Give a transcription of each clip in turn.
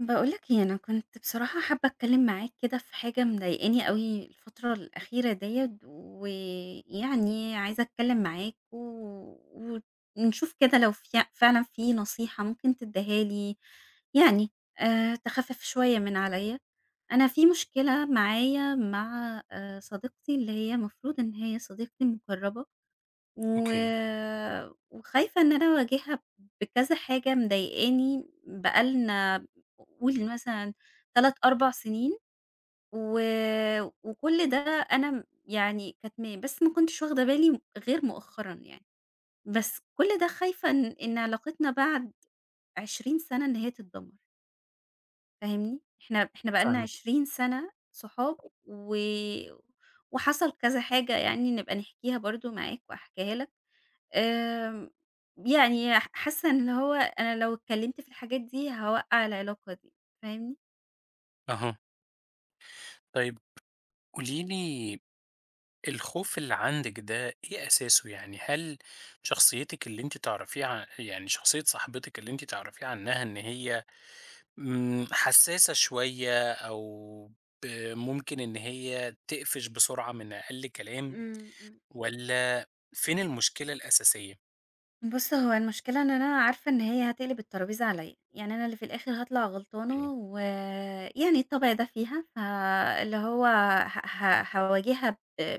باقولك إيه، أنا كنت بصراحة حابة أتكلم معاك كده في حاجة مضايقاني أوي الفترة الأخيرة ديّة، ويعني عايزة أتكلم معاك و ونشوف كده لو في فعلًا في نصيحة ممكن تديها لي، يعني تخفف شوية من عليَّ. أنا في مشكلة معايا مع صديقتي اللي هي المفروض إن هي صديقتي المقربة و أوكي، وخايفة إن أنا أواجهها بكذا حاجة مضايقاني بقى لنا قُل مثلًا 3، 4 سنين و وكل ده أنا يعني كاتماه، بس ما كنتش واخدة بالي غير مؤخرًا يعني، بس كل ده خايفة إن علاقتنا بعد 20 سَنة إن هي تتدمر، فاهمني؟ إحنا بقى لنا فاهمِك، 20 سَنة صحاب و وحصل كذا حاجة يعني نبقى نحكيها برضه معاك وأحكيها لك. آمم، يعني حاسة إن هو أنا لو اتكلمت في الحاجات دي هاوقّع العلاقة دي، فاهمني؟ أها، طيب قولي لي الخوف اللي عندِك ده إيه أساسه؟ يعني هل شخصيتِك اللي أنتِ تعرفيه يعني شخصية صاحبتِك اللي أنتِ تعرفيه عنها إن هي حساسة شوية أو ب ممكن إن هي تقفش بسرعة من أقل كلام إمم، إمم. والّا فين المشكلة الأساسية؟ بُص، هو المشكلة إن أنا عارفة إن هي هتقلب الترابيزة عليّا، يعني أنا اللي في الآخر هاطلع إيه؟ غلطانة ويعني الطبع ده فيها، فاللي هو ه ه هاواجهها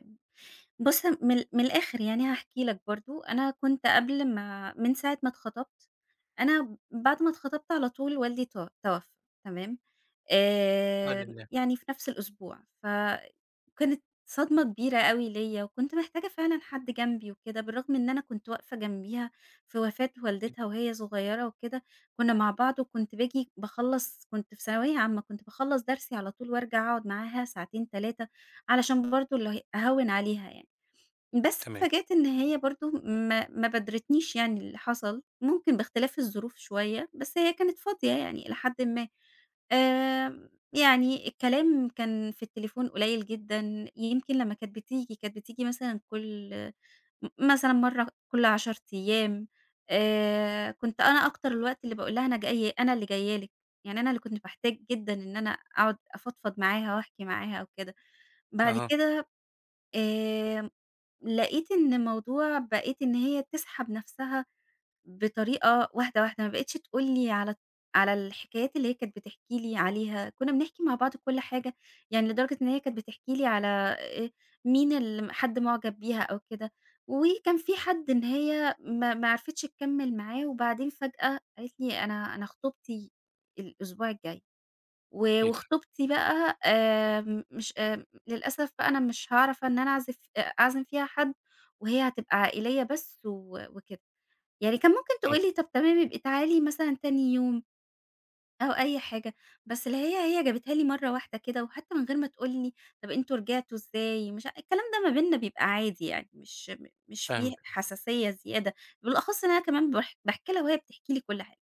بُص، من الآخر يعني هاحكي لك برضه، أنا كنت قبل ما من ساعة ما اتخطبت، أنا بعد ما اتخطبت على طول والدي توفى تمام، آه لله، يعني في نفس الأسبوع ف وكانت صدمة كبيرة أوي ليّا، وكنت محتاجة فعلًا حد جنبي وكده، بالرغم إن أنا كنت واقفة جنبيها في وفاة إيه ده؟ والدتها وهي صغيرة وكده، كنا مع بعض وكنت باجي باخلّص كنت في ثانوية عامة، كنت باخلّص درسي على طول وارجع أقعد معاها ساعتين 3 علشان برضه اللي هي أهوّن عليها يعني. بس تمام، اتفاجأت إن هي برضه ما بادرتنيش يعني اللي حصل، ممكن باختلاف الظروف شوية، بس هي كانت فاضية يعني إلى حدٍ ما. يعني الكلام كان في التليفون قليل جدًا، يمكن لمّا كانت بتيجي، كانت بتيجي مثلًا كل مثلًا مرّة كل 10 أيام، كنت أنا أكتر الوقت اللي باقول لها أنا جاية أنا اللي جاية لِك، يعني أنا اللي كنت باحتاج جدًا إن أنا أقعد أفضفض معاها وأحكي معاها وكده. بعد أها، كده آآ لقيت إن الموضوع بقيت إن هي تسحب نفسها بطريقة واحدة، واحدة، ما بقتش تقول لي على الحكايات اللي هي كانت بتحكي لي عليها، كنا بنحكي مع بعض كل حاجة، يعني لدرجة إن هي كانت بتحكي لي على آآ مين اللي حد معجب بيها أو كده، وكان في حد إن هي ما عرفتش تكمّل معاه، وبعدين فجأة قالت لي أنا خطوبتي الأسبوع الجاي. و إيه ده؟ وخطوبتي بقى مش للأسف بقى أنا مش هاعرف إن أنا أعزف أ أعزم فيها حد، وهي هتبقى عائلية بس و وكده. يعني كان ممكن إمم، تقول لي طب تمام يبقى تعالي مثلًا تاني يوم أو أي حاجة، بس اللي هي جابتها لي مرّة واحدة كده، وحتى من غير ما تقول لي طب أنتم رجعتوا إزاي مش ع الكلام ده ما بيننا بيبقى عادي يعني مش مش فيه فاهمِك، حساسية زيادة، بالأخص إن أنا كمان باحكي لها وهي بتحكي لي كل حاجة.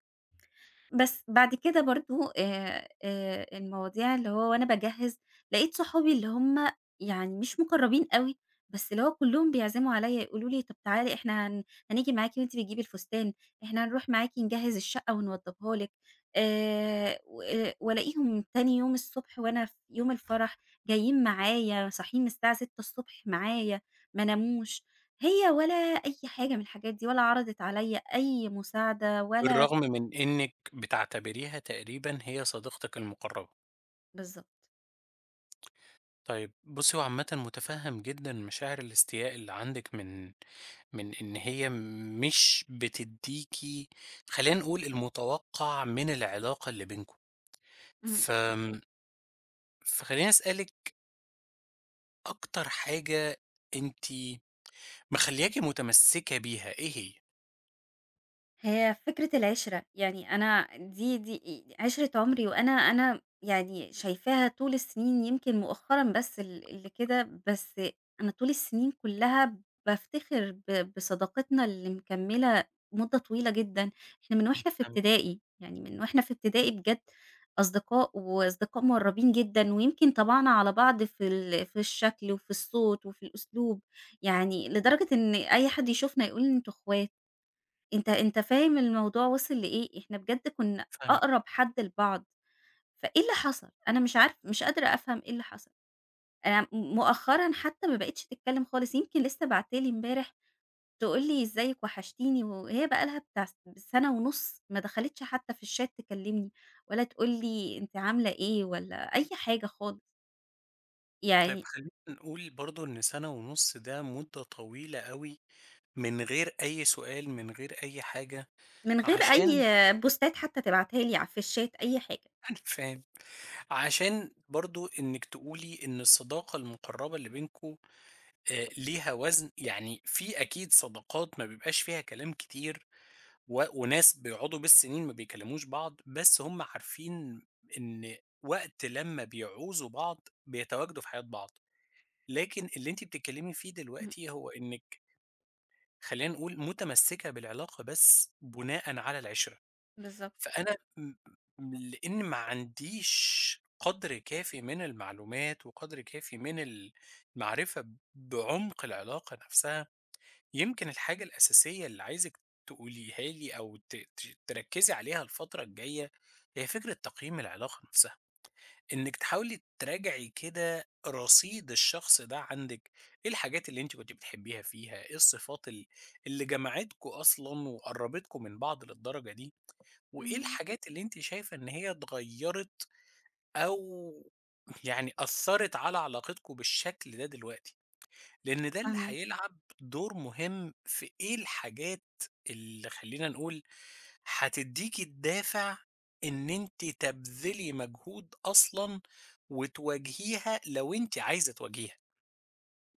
بس بعد كده برضه المواضيع اللي هو وأنا باجهّز، لقيت صحابي اللي هم يعني مش مُقرّبين أوي، بس اللي هو كلّهم بيعزموا عليّا يقولوا لي: "طَب تعالي إحنا هنيجي معاكِ وأنتِ بتجيبي الفستان، إحنا هنروح معاكِ نجهّز الشقة ونوضّبها لِك." و آه، وألاقيهم تاني يوم الصبح وأنا في يوم الفرح جايين معايا، صاحيين من الساعة 6:00 ص معايا، ما ناموش. هي ولا أي حاجة من الحاجات دي ولا عرضت عليّا أي مساعدة ولا بالرغم من إنِّك بتعتبريها تقريبًا هي صديقتِك المقربة. بالضبط. طيب بُصّي، هو عامةً مُتفهِّم جدًا مشاعر الاستياء اللي عندِك من إن هي مش بتدّيكِ خلّينا نقول المتوقّع من العلاقة اللي بينكم، إمم. فآمم، فخلّيني أسألِك أكتر حاجة أنتِ مخلّياكِ متمسّكة بيها إيه هي؟ هي فكرة العِشرة، يعني أنا دي عِشرة عُمري، وأنا يعني شايفاها طول السنين، يمكن مؤخرًا بس اللي كده، بس أنا طول السنين كلّها بافتخر بصداقتنا اللي مكمّلة مدة طويلة جدًا، إحنا من وإحنا في فاهم ابتدائي، يعني من وإحنا في ابتدائي بجد أصدقاء، وأصدقاء مُقرّبين جدًا، ويمكن طَبَعنا على بعض في الشكل، وفي الصوت، وفي الأسلوب، يعني لدرجة إن أي حد يشوفنا يقول أنتم أخوات. أنت فاهم الموضوع وصل لإيه، إحنا بجد كنا فاهمِك، أقرب حد لبعض، فإيه اللي حصل؟ أنا مش عارف مش قادرة أفهم إيه اللي حصل، أنا مؤخرًا حتى ما بقِتش تتكلم خالص، يمكن لسه باعتة لي امبارح تقول لي إزيِك وحشتيني، وهي بقى لها بتاع سنة ونُص ما دخلتش حتى في الchat تكلمني، ولا تقول لي أنتِ عاملة إيه، ولا أي حاجة خالص، طيب يعني خلّينا نقول برضه إن سَنة ونُص ده مُدة طويلة أوي من غير أي سؤال، من غير أي حاجة، من غير عشان أي بوستات حتى تبعتها لي ع في الchat أي حاجة. أنا فاهم. عشان برضه إنِّك تقولي إن الصداقة المقرّبة اللي بينكم ليها وزن، يعني في أكيد صداقات ما بيبقاش فيها كلام كتير وناس بيقعدوا بالسنين ما بيكلموش بعض، بس هم عارفين إن وقت لمّا بيعوزوا بعض بيتواجدوا في حياة بعض. لكن اللي أنتِ بتتكلمي فيه اهم، دلوقتي هو إنِّك خلّينا نقول متمسّكة بالعلاقة بس بناءً على العِشرة. بالضبط، فأنا م م لإن ما عنديش قدر كافي من المعلومات، وقدر كافي من المعرفة بعمق العلاقة نفسها، يمكن الحاجة الأساسية اللي عايزِك تقوليها لي أو ت ت تركّزي عليها الفترة الجاية، هي فكرة تقييم العلاقة نفسها، إنِّك تحاولي تراجعي كده رصيد الشخص ده عندِك، إيه الحاجات اللي أنتِ كنتِ بتحبيها فيها، إيه الصفات اللي جمعتكم أصلًا وقرّبتكم من بعض للدرجة دي؟ وإيه اهم، الحاجات اللي أنتِ شايفة إن هي اتغيّرت أو يعني أثّرت على علاقتكم بالشكل ده دلوقتي؟ لإن ده اللي فاهماك، هيلعب دور مهم في إيه الحاجات اللي خلّينا نقول هتدّيكِ الدافع إن أنتِ تبذلي مجهود أصلًا وتواجهيها لو أنتِ عايزة تواجهيها،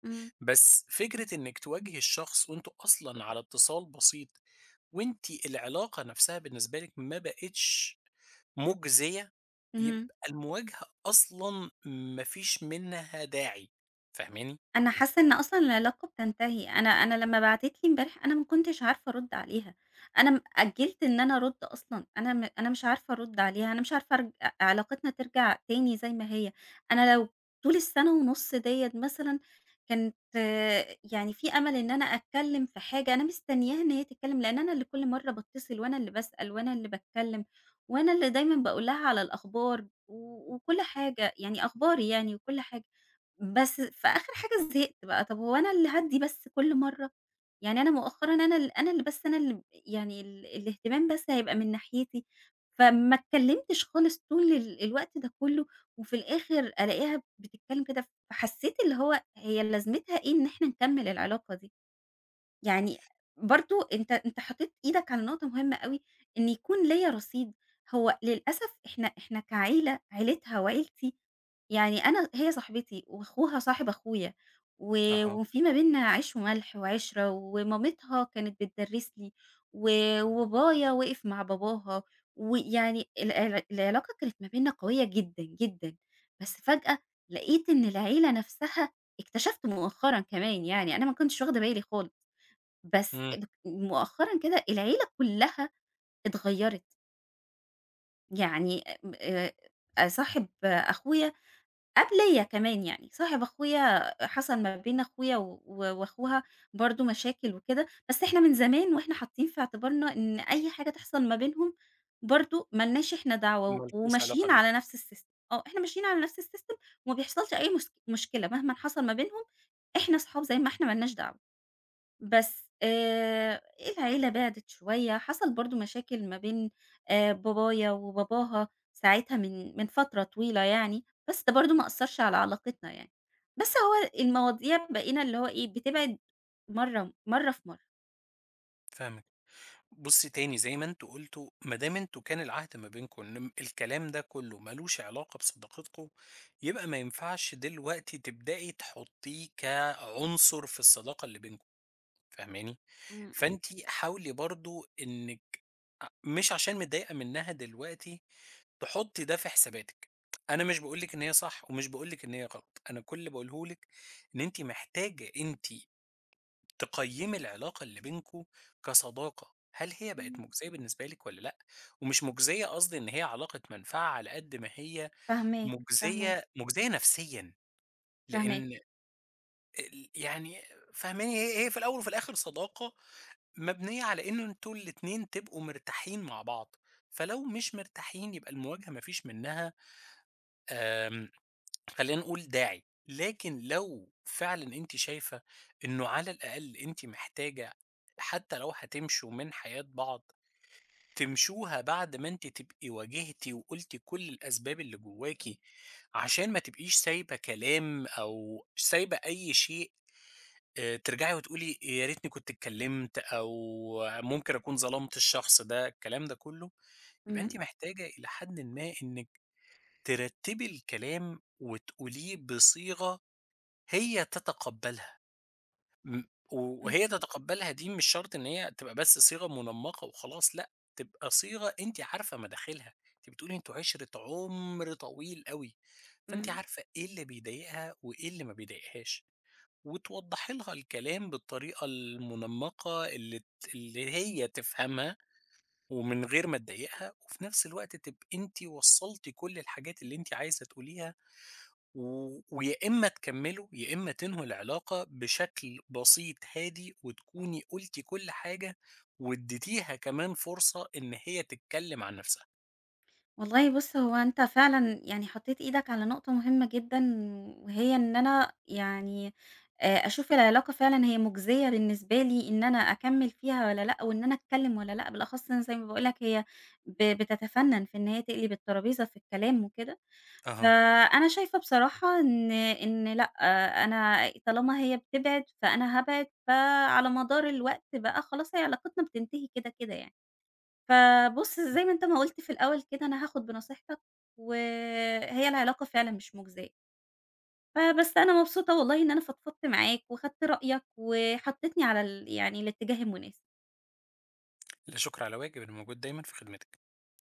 إمم، بس فكرة إنِّك تواجهي الشخص وأنتم أصلًا على اتصال بسيط وأنتِ العلاقة نَفْسها بالنسبة لِك ما بقِتش مُجزية، اهم. يبقى المواجهة أصلًا ما فيش منها داعي، فاهماني؟ أنا حاسة إن أصلًا العلاقة بتنتهي، أنا لمّا بعتت لي امبارح أنا ما كنتش عارفة أرُد عليها، أنا أجّلت إن أنا أرُد أصلًا، أنا مش عارفة أرُد عليها، أنا مش عارفة أرج أ علاقتنا ترجع تاني زي ما هي، أنا لو طول السنة ونُص ديّة مثلًا كانت آه، يعني في أمل إن أنا أتكلّم في حاجة، أنا مستنياها إن هي تتكلّم، لإن أنا اللي كل مرّة باتصل وأنا اللي باسأل وأنا اللي باتكلّم، وأنا اللي دايمًا باقول لها على الأخبار و وكل حاجة، يعني أخباري يعني وكل حاجة. بس في آخر حاجة زهقت بقى، طب هو أنا اللي هادّي بس كل مرّة؟ يعني أنا مؤخرًا أنا اللي يعني الاهتمام بس هيبقى من ناحيتي، فما اتكلّمتش خالص طول الوقت ده كلّه، وفي الآخر ألاقيها بتتكلّم كده، فحسّيت اللي هو هي لازمتها إيه إن إحنا نكمّل العلاقة دي؟ يعني برضه أنت حطيت إيدك على نقطة مهمة أوي، إن يكون ليّا رصيد، هو للأسف إحنا كعيلة عيلتها وعيلتي يعني أنا هي صاحبتي وأخوها صاحب أخويا، و أها. وفي ما بيننا عيش وملح وعِشرة، ومامتها كانت بتدرّس لي، و وبابايا وقف مع باباها، ويعني ال ال العلاقة كانت ما بيننا قوية جدًا، جدًا، بس فجأة لقيت إن العيلة نفسها اكتشفت مؤخرًا كمان يعني أنا ما كنتش واخدة بالي خالص. بس إمم، مؤخرًا كده العيلة كلّها اتغيّرت، يعني م صاحب أخويا قبليّا كمان يعني، صاحب أخويا حصل ما بين أخويا وأخوها برضه مشاكل وكده، بس إحنا من زمان وإحنا حاطين في اعتبارنا إن أي حاجة تحصل ما بينهم برضه ما لناش إحنا ما دعوة، لكوش علاقة وماشيين بيها، على نفس السيستم، آه إحنا ماشيين على نفس السيستم وما بيحصلش أي مشكلة مهمًا حصل ما بينهم، إحنا صحاب زي ما إحنا ما لناش دعوة. بس إيه العيلة بِعدِت شوية، حصل برضه مشاكل ما بين بابايا وباباها ساعتها من فترة طويلة يعني، بس ده برضه ما أثّرش على علاقتنا يعني. بس هو المواضيع بقينا اللي هو إيه، بتبعد مرّة مرّة في مرّة. فاهمِك. بُصّي تاني زي ما أنتم قُلتوا، ما دام أنتم كان العهد ما بينكم إن الكلام ده كُلّه ما لوش علاقة بصداقتكم، يبقى ما ينفعش دلوقتي تبدئي تحطّيه كعنصر في الصداقة اللي بينكم، فاهماني؟ إمم. إمم، إمم، فأنتِ حاولي برضه إنِّك مش عشان متضايقة منها دلوقتي تحطّي ده في حساباتِك. أنا مش باقول لِك إن هي صح ومش باقول لِك إن هي غلط، أنا كل اللي باقوله لِك إن أنتِ محتاجة أنتِ تقيّمي العلاقة اللي بينكم كصداقة، هل هي بقت إمم. مُجزية بالنسبة لِك والّا لأ؟ ومش مُجزية قصدي إن هي علاقة منفعة على قد ما هي فاهماك، فاهماك، مُجزية نفسيًا، فاهماك. لإن ال يعني فاهماني؟ هي في الأول وفي الآخر صداقة مبنية على إن أنتم الاتنين تبقوا مرتاحين مع بعض، فلو مش مرتاحين يبقى المواجهة ما فيش منّها آمم خلّينا نقول داعي، لكن لو فعلًا أنتِ شايفة إنه على الأقل أنتِ محتاجة حتى لو هتمشوا من حياة بعض، تمشوها بعد ما أنتِ تبقي واجهتِ وقُلتِ كل الأسباب اللي جواكِ، عشان ما تبقيش سايبة كلام أو سايبة أي شيء ترجعي وتقولي يا ريتني كنت اتكلمت أو ممكن أكون ظلمت الشخص ده، الكلام ده كله، يبقى أنتِ إمم، محتاجة إلى حدٍ ما إنِّك ترتّبي الكلام وتقوليه بصيغة هي تتقبّلها، م إمم، وهي إمم. تتقبّلها دي مش شرط إن هي تبقى بس صيغة منمّقة وخلاص، لأ، تبقى صيغة أنتِ عارفة مداخلها، أنتِ بتقولي أنتم عِشرة عُمر طويل أوي، فأنتِ إمم. عارفة إيه اللي بيضايقها وإيه اللي ما بيضايقهاش، وتوضّحي لها الكلام بالطريقة المنمّقة اللي هي تفهمها ومن غير ما تضايقها، وفي نفس الوقت تبقي أنتِ وصّلتِ كل الحاجات اللي أنتِ عايزة تقوليها ويا إما تكمّلوا، يا إما تنهوا العلاقة بشكل بسيط هادي وتكوني قُلتِ كل حاجة وادّيتيها كمان فرصة إن هي تتكلّم عن نَفْسها. والله بُص، هو أنت فعلًا يعني حطيت إيدك على نقطة مهمة جدًا، وهي إن أنا يعني أشوف العلاقة فعلًا هي مجزية بالنسبة لي إن أنا أكمّل فيها والّا لأ، وإن أنا أتكلّم والّا لأ، بالأخص إن زي ما باقول لك هي بتتفنّن في إن هي تقلب الترابيزة في الكلام وكده، أها، فأنا شايفة بصراحة إن لأ، آه، أنا طالما هي بتبعد فأنا هابعد، فعلى مدار الوقت بقى خلاص هي علاقتنا بتنتهي كده، كده يعني. فبُص، زي ما أنت ما قُلت في الأول كده أنا هاخد بنصيحتك، وهي العلاقة فعلًا مش مجزية. فبس أنا مبسوطة والله إن أنا فضفضت معاك وخدت رأيك وحطيتني على يعني الاتجاه المناسب. لا شُكر على واجب، أنا موجود دايمًا في خدمتِك.